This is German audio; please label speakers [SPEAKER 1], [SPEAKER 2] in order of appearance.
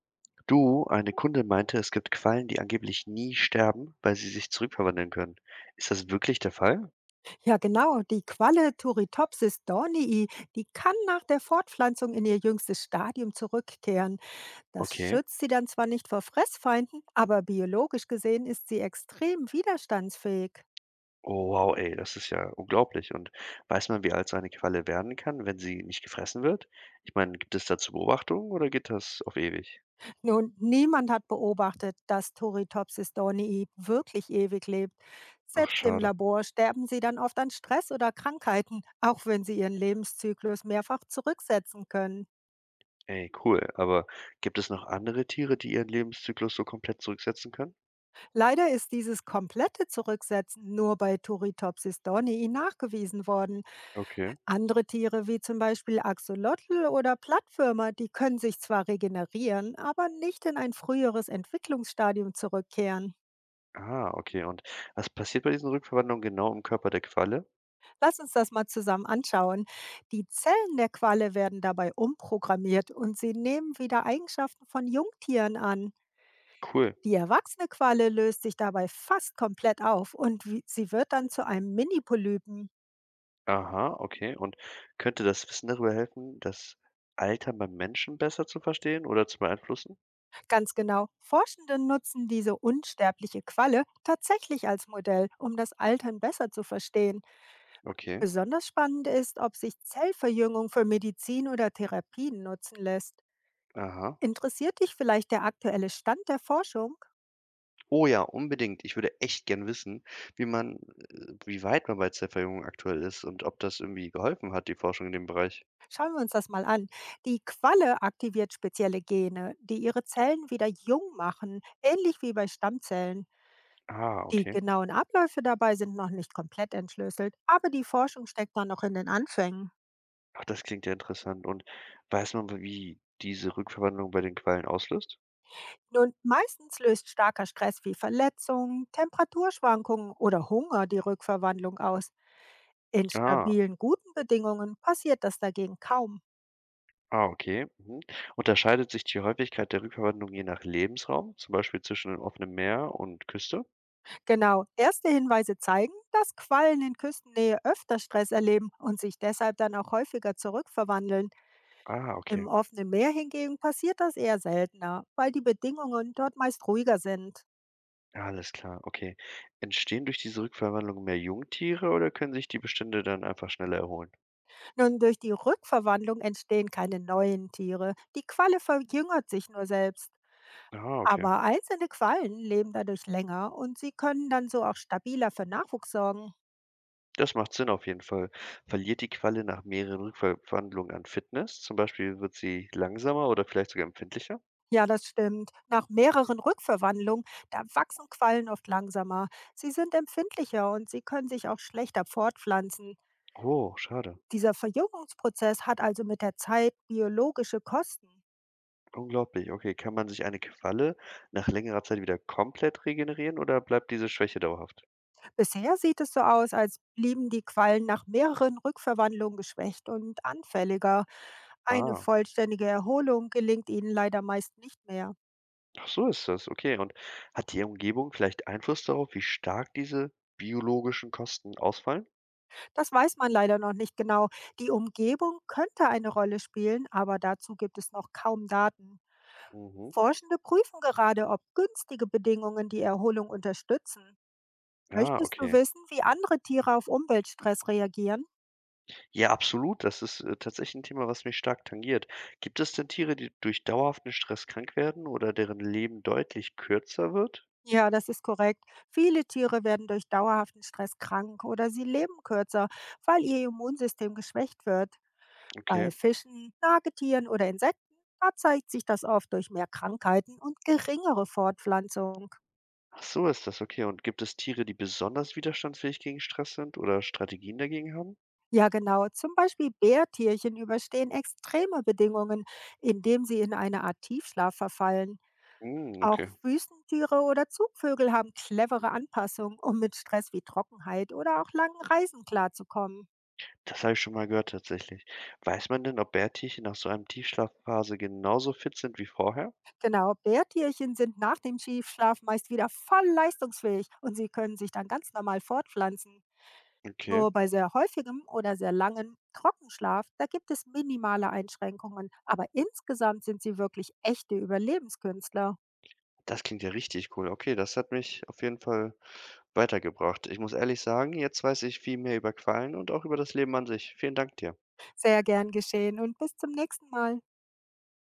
[SPEAKER 1] Du, eine Kundin meinte, es gibt Quallen, die angeblich nie sterben, weil sie sich zurückverwandeln können. Ist das wirklich der Fall?
[SPEAKER 2] Ja, genau. Die Qualle Turritopsis dornii, die kann nach der Fortpflanzung in ihr jüngstes Stadium zurückkehren. Das
[SPEAKER 1] Okay.
[SPEAKER 2] schützt sie dann zwar nicht vor Fressfeinden, aber biologisch gesehen ist sie extrem widerstandsfähig.
[SPEAKER 1] Oh wow, ey, das ist ja unglaublich. Und weiß man, wie alt so eine Qualle werden kann, wenn sie nicht gefressen wird? Ich meine, gibt es dazu Beobachtungen oder geht das auf ewig?
[SPEAKER 2] Nun, niemand hat beobachtet, dass Turritopsis dornii wirklich ewig lebt.
[SPEAKER 1] Ach,
[SPEAKER 2] Selbst im
[SPEAKER 1] schade.
[SPEAKER 2] Labor sterben sie dann oft an Stress oder Krankheiten, auch wenn sie ihren Lebenszyklus mehrfach zurücksetzen können.
[SPEAKER 1] Ey, cool. Aber gibt es noch andere Tiere, die ihren Lebenszyklus so komplett zurücksetzen können?
[SPEAKER 2] Leider ist dieses komplette Zurücksetzen nur bei Turritopsis donii nachgewiesen worden.
[SPEAKER 1] Okay.
[SPEAKER 2] Andere Tiere wie zum Beispiel Axolotl oder Plattwürmer, die können sich zwar regenerieren, aber nicht in ein früheres Entwicklungsstadium zurückkehren.
[SPEAKER 1] Ah, okay. Und was passiert bei diesen Rückverwandlungen genau im Körper der Qualle?
[SPEAKER 2] Lass uns das mal zusammen anschauen. Die Zellen der Qualle werden dabei umprogrammiert und sie nehmen wieder Eigenschaften von Jungtieren an.
[SPEAKER 1] Cool.
[SPEAKER 2] Die erwachsene Qualle löst sich dabei fast komplett auf und sie wird dann zu einem Mini-Polypen.
[SPEAKER 1] Aha, okay. Und könnte das Wissen darüber helfen, das Alter beim Menschen besser zu verstehen oder zu beeinflussen?
[SPEAKER 2] Ganz genau. Forschende nutzen diese unsterbliche Qualle tatsächlich als Modell, um das Altern besser zu verstehen.
[SPEAKER 1] Okay,
[SPEAKER 2] Besonders spannend ist, ob sich Zellverjüngung für Medizin oder Therapien nutzen lässt.
[SPEAKER 1] aha.
[SPEAKER 2] Interessiert dich vielleicht der aktuelle Stand der Forschung?
[SPEAKER 1] Oh ja, unbedingt. Ich würde echt gern wissen, wie man, wie weit man bei Zellverjüngung aktuell ist und ob das irgendwie geholfen hat, die Forschung in dem Bereich.
[SPEAKER 2] Schauen wir uns das mal an. Die Qualle aktiviert spezielle Gene, die ihre Zellen wieder jung machen, ähnlich wie bei Stammzellen.
[SPEAKER 1] Ah,
[SPEAKER 2] Die
[SPEAKER 1] okay.
[SPEAKER 2] genauen Abläufe dabei sind noch nicht komplett entschlüsselt, aber die Forschung steckt da noch in den Anfängen.
[SPEAKER 1] Ach, das klingt ja interessant. Und weiß man, wie diese Rückverwandlung bei den Quallen auslöst?
[SPEAKER 2] Nun, meistens löst starker Stress wie Verletzungen, Temperaturschwankungen oder Hunger die Rückverwandlung aus. In
[SPEAKER 1] Ah,
[SPEAKER 2] stabilen, guten Bedingungen passiert das dagegen kaum.
[SPEAKER 1] ah, okay. Mhm. Unterscheidet sich die Häufigkeit der Rückverwandlung je nach Lebensraum, zum Beispiel zwischen offenem Meer und Küste?
[SPEAKER 2] Genau, erste Hinweise zeigen, dass Quallen in Küstennähe öfter Stress erleben und sich deshalb dann auch häufiger zurückverwandeln.
[SPEAKER 1] Ah, okay.
[SPEAKER 2] Im offenen Meer hingegen passiert das eher seltener, weil die Bedingungen dort meist ruhiger sind.
[SPEAKER 1] Ja, alles klar, okay. Entstehen durch diese Rückverwandlung mehr Jungtiere oder können sich die Bestände dann einfach schneller erholen?
[SPEAKER 2] Nun, durch die Rückverwandlung entstehen keine neuen Tiere. Die Qualle verjüngert sich nur selbst.
[SPEAKER 1] Ah, okay.
[SPEAKER 2] Aber einzelne Quallen leben dadurch länger und sie können dann so auch stabiler für Nachwuchs sorgen.
[SPEAKER 1] Das macht Sinn auf jeden Fall. Verliert die Qualle nach mehreren Rückverwandlungen an Fitness? Zum Beispiel wird sie langsamer oder vielleicht sogar empfindlicher?
[SPEAKER 2] Ja, das stimmt. Nach mehreren Rückverwandlungen, da wachsen Quallen oft langsamer. Sie sind empfindlicher und sie können sich auch schlechter fortpflanzen.
[SPEAKER 1] Oh, schade.
[SPEAKER 2] Dieser Verjüngungsprozess hat also mit der Zeit biologische Kosten.
[SPEAKER 1] Unglaublich. Okay, kann man sich eine Qualle nach längerer Zeit wieder komplett regenerieren oder bleibt diese Schwäche dauerhaft?
[SPEAKER 2] Bisher sieht es so aus, als blieben die Quallen nach mehreren Rückverwandlungen geschwächt und anfälliger. Eine
[SPEAKER 1] Ah,
[SPEAKER 2] vollständige Erholung gelingt ihnen leider meist nicht mehr.
[SPEAKER 1] ach so ist das. Okay, und hat die Umgebung vielleicht Einfluss darauf, wie stark diese biologischen Kosten ausfallen?
[SPEAKER 2] Das weiß man leider noch nicht genau. Die Umgebung könnte eine Rolle spielen, aber dazu gibt es noch kaum Daten.
[SPEAKER 1] Mhm.
[SPEAKER 2] Forschende prüfen gerade, ob günstige Bedingungen die Erholung unterstützen.
[SPEAKER 1] Ja,
[SPEAKER 2] Möchtest du
[SPEAKER 1] okay.
[SPEAKER 2] wissen, wie andere Tiere auf Umweltstress reagieren?
[SPEAKER 1] Ja, absolut. Das ist, tatsächlich ein Thema, was mich stark tangiert. Gibt es denn Tiere, die durch dauerhaften Stress krank werden oder deren Leben deutlich kürzer wird?
[SPEAKER 2] Ja, das ist korrekt. Viele Tiere werden durch dauerhaften Stress krank oder sie leben kürzer, weil ihr Immunsystem geschwächt wird.
[SPEAKER 1] Okay.
[SPEAKER 2] Bei Fischen, Nagetieren oder Insekten, da zeigt sich das oft durch mehr Krankheiten und geringere Fortpflanzung.
[SPEAKER 1] Ach so ist das, okay. Und gibt es Tiere, die besonders widerstandsfähig gegen Stress sind oder Strategien dagegen haben?
[SPEAKER 2] Ja, genau. Zum Beispiel Bärtierchen überstehen extreme Bedingungen, indem sie in eine Art Tiefschlaf verfallen.
[SPEAKER 1] Hm,
[SPEAKER 2] Auch
[SPEAKER 1] okay.
[SPEAKER 2] Wüstentiere oder Zugvögel haben clevere Anpassungen, um mit Stress wie Trockenheit oder auch langen Reisen klarzukommen.
[SPEAKER 1] Das habe ich schon mal gehört tatsächlich. Weiß man denn, ob Bärtierchen nach so einem Tiefschlafphase genauso fit sind wie vorher?
[SPEAKER 2] Genau, Bärtierchen sind nach dem Tiefschlaf meist wieder voll leistungsfähig und sie können sich dann ganz normal fortpflanzen.
[SPEAKER 1] Okay.
[SPEAKER 2] Nur bei sehr häufigem oder sehr langem Trockenschlaf, da gibt es minimale Einschränkungen, aber insgesamt sind sie wirklich echte Überlebenskünstler.
[SPEAKER 1] Das klingt ja richtig cool. Okay, das hat mich auf jeden Fall weitergebracht. Ich muss ehrlich sagen, jetzt weiß ich viel mehr über Quallen und auch über das Leben an sich. Vielen Dank dir.
[SPEAKER 2] Sehr gern geschehen und bis zum nächsten Mal.